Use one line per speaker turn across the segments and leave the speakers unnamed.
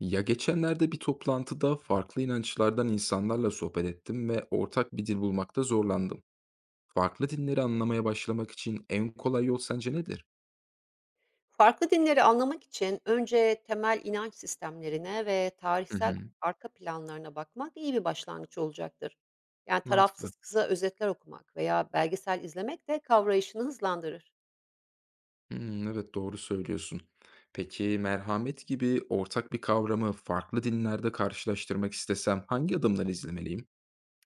Ya geçenlerde bir toplantıda farklı inançlardan insanlarla sohbet ettim ve ortak bir dil bulmakta zorlandım. Farklı dinleri anlamaya başlamak için en kolay yol sence nedir?
Farklı dinleri anlamak için önce temel inanç sistemlerine ve
Hı
tarihsel
hı.
arka planlarına bakmak iyi bir başlangıç olacaktır. Yani
Mantıklı.
tarafsız kısa özetler okumak veya belgesel izlemek de kavrayışını hızlandırır.
Hmm, evet doğru söylüyorsun. Peki merhamet gibi ortak bir kavramı farklı dinlerde karşılaştırmak istesem hangi adımları izlemeliyim?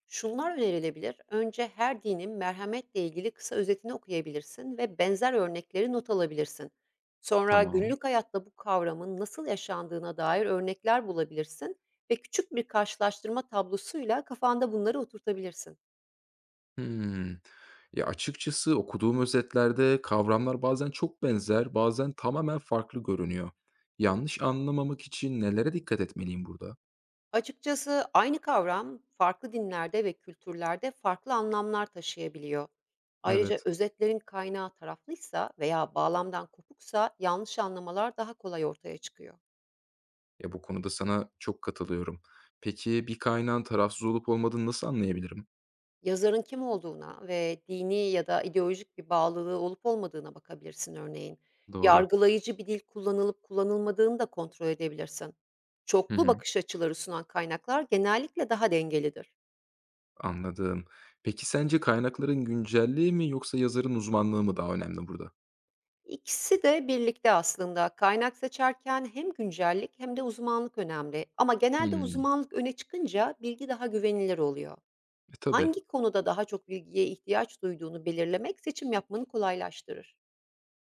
Şunlar önerilebilir. Önce her dinin merhametle ilgili kısa özetini okuyabilirsin ve benzer örnekleri not alabilirsin. Sonra
Tamam.
günlük hayatta bu kavramın nasıl yaşandığına dair örnekler bulabilirsin ve küçük bir karşılaştırma tablosuyla kafanda bunları oturtabilirsin.
Hımm. Ya, açıkçası okuduğum özetlerde kavramlar bazen çok benzer, bazen tamamen farklı görünüyor. Yanlış anlamamak için nelere dikkat etmeliyim burada?
Açıkçası aynı kavram farklı dinlerde ve kültürlerde farklı anlamlar taşıyabiliyor. Ayrıca
Evet,
özetlerin kaynağı taraflıysa veya bağlamdan kopuksa yanlış anlamalar daha kolay ortaya çıkıyor.
ya, bu konuda sana çok katılıyorum. Peki, bir kaynağın tarafsız olup olmadığını nasıl anlayabilirim?
Yazarın kim olduğuna ve dini ya da ideolojik bir bağlılığı olup olmadığına bakabilirsin örneğin.
Doğru.
Yargılayıcı bir dil kullanılıp kullanılmadığını da kontrol edebilirsin.
Hı
Çoklu
hı.
bakış açıları sunan kaynaklar genellikle daha dengelidir.
Anladım. Peki, sence kaynakların güncelliği mi yoksa yazarın uzmanlığı mı daha önemli burada?
İkisi de birlikte aslında. Kaynak seçerken hem güncellik hem de uzmanlık önemli. Ama genelde
Hımm.
uzmanlık öne çıkınca bilgi daha güvenilir oluyor.
Tabii.
Hangi konuda daha çok bilgiye ihtiyaç duyduğunu belirlemek seçim yapmanı kolaylaştırır.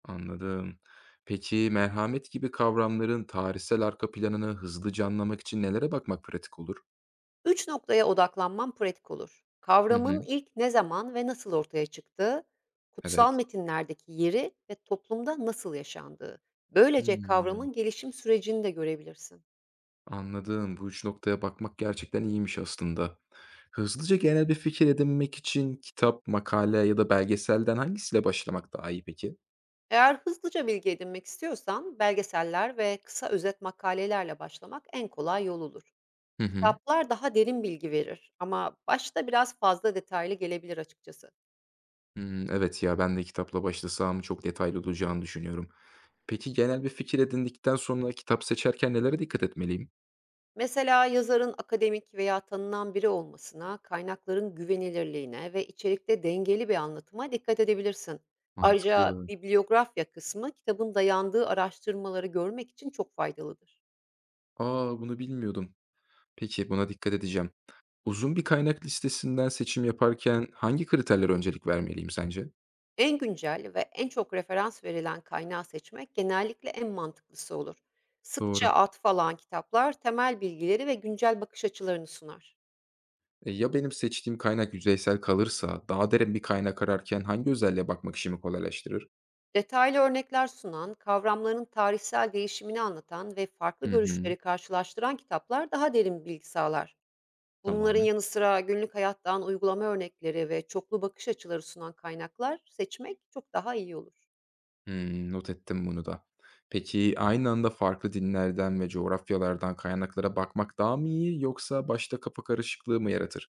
Anladım. Peki merhamet gibi kavramların tarihsel arka planını hızlıca anlamak için nelere bakmak pratik olur?
Üç noktaya odaklanman pratik olur:
Hı
kavramın
hı.
ilk ne zaman ve nasıl ortaya çıktığı, kutsal
Evet.
metinlerdeki yeri ve toplumda nasıl yaşandığı. Böylece
Hımm.
kavramın gelişim sürecini de görebilirsin.
Anladım. Bu 3 noktaya bakmak gerçekten iyiymiş aslında. Hızlıca genel bir fikir edinmek için kitap, makale ya da belgeselden hangisiyle başlamak daha iyi peki?
Eğer hızlıca bilgi edinmek istiyorsan belgeseller ve kısa özet makalelerle başlamak en kolay yol olur.
Hı hı.
Kitaplar daha derin bilgi verir, ama başta biraz fazla detaylı gelebilir açıkçası.
Hımm, evet ya, ben de kitapla başlasam çok detaylı olacağını düşünüyorum. Peki genel bir fikir edindikten sonra kitap seçerken nelere dikkat etmeliyim?
Mesela yazarın akademik veya tanınan biri olmasına, kaynakların güvenilirliğine ve içerikte dengeli bir anlatıma dikkat edebilirsin. Ayrıca
Mantıklı.
bibliografya kısmı, kitabın dayandığı araştırmaları görmek için çok faydalıdır.
Aa, bunu bilmiyordum. Peki, buna dikkat edeceğim. Uzun bir kaynak listesinden seçim yaparken hangi kriterlere öncelik vermeliyim sence?
En güncel ve en çok referans verilen kaynağı seçmek genellikle en mantıklısı olur. Sıkça
Doğru.
atıf alan kitaplar temel bilgileri ve güncel bakış açılarını sunar.
Ya benim seçtiğim kaynak yüzeysel kalırsa, daha derin bir kaynak ararken hangi özelliğe bakmak işimi kolaylaştırır?
Detaylı örnekler sunan, kavramların tarihsel değişimini anlatan ve farklı
Hı hı.
görüşleri karşılaştıran kitaplar daha derin bilgi sağlar. Bunların
Tamam.
yanı sıra günlük hayattan uygulama örnekleri ve çoklu bakış açıları sunan kaynaklar seçmek çok daha iyi olur.
Hmm, not ettim bunu da. Peki aynı anda farklı dinlerden ve coğrafyalardan kaynaklara bakmak daha mı iyi yoksa başta kafa karışıklığı mı yaratır?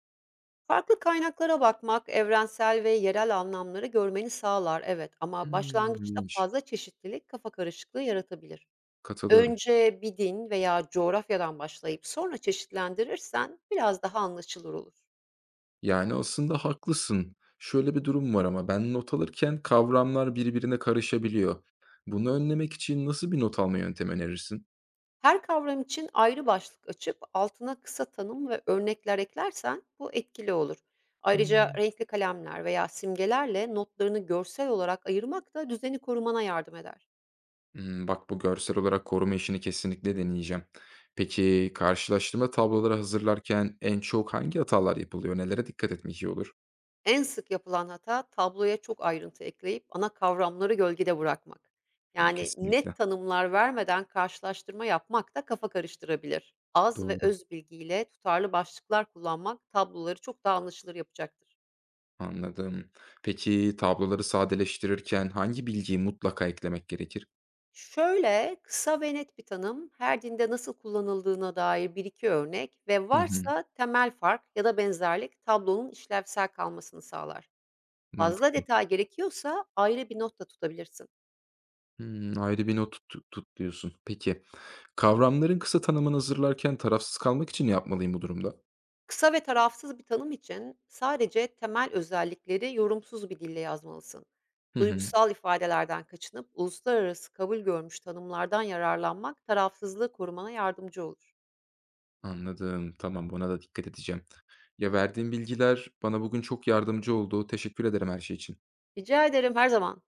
Farklı kaynaklara bakmak, evrensel ve yerel anlamları görmeni sağlar, evet, ama
Hmm,
başlangıçta
ilginç.
fazla çeşitlilik kafa karışıklığı yaratabilir.
Katılıyorum.
Önce bir din veya coğrafyadan başlayıp sonra çeşitlendirirsen biraz daha anlaşılır olur.
Yani, aslında haklısın. Şöyle bir durum var ama ben not alırken kavramlar birbirine karışabiliyor. Bunu önlemek için nasıl bir not alma yöntemi önerirsin?
Her kavram için ayrı başlık açıp altına kısa tanım ve örnekler eklersen bu etkili olur. Ayrıca
Hımm.
renkli kalemler veya simgelerle notlarını görsel olarak ayırmak da düzeni korumana yardım eder.
Hımm, bak bu görsel olarak koruma işini kesinlikle deneyeceğim. Peki, karşılaştırma tabloları hazırlarken en çok hangi hatalar yapılıyor? Nelere dikkat etmek iyi olur?
En sık yapılan hata, tabloya çok ayrıntı ekleyip ana kavramları gölgede bırakmak. Yani net
Kesinlikle.
tanımlar vermeden karşılaştırma yapmak da kafa karıştırabilir. Az ve
Doğru,
öz bilgiyle tutarlı başlıklar kullanmak tabloları çok daha anlaşılır yapacaktır.
anladım. Peki, tabloları sadeleştirirken hangi bilgiyi mutlaka eklemek gerekir?
Şöyle kısa ve net bir tanım, her dinde nasıl kullanıldığına dair bir iki örnek ve
Hı hı,
varsa temel fark ya da benzerlik, tablonun işlevsel kalmasını sağlar. Fazla
mantıklı.
detay gerekiyorsa ayrı bir not da tutabilirsin.
Hımm, ayrı bir not tut diyorsun. Peki, kavramların kısa tanımını hazırlarken tarafsız kalmak için ne yapmalıyım bu durumda?
Kısa ve tarafsız bir tanım için sadece temel özellikleri yorumsuz bir dille yazmalısın.
Hı hı.
Duygusal ifadelerden kaçınıp uluslararası kabul görmüş tanımlardan yararlanmak tarafsızlığı korumana yardımcı olur.
Anladım. Tamam, buna da dikkat edeceğim. Ya verdiğin bilgiler bana bugün çok yardımcı oldu. Teşekkür ederim her şey için.
Rica ederim, her zaman.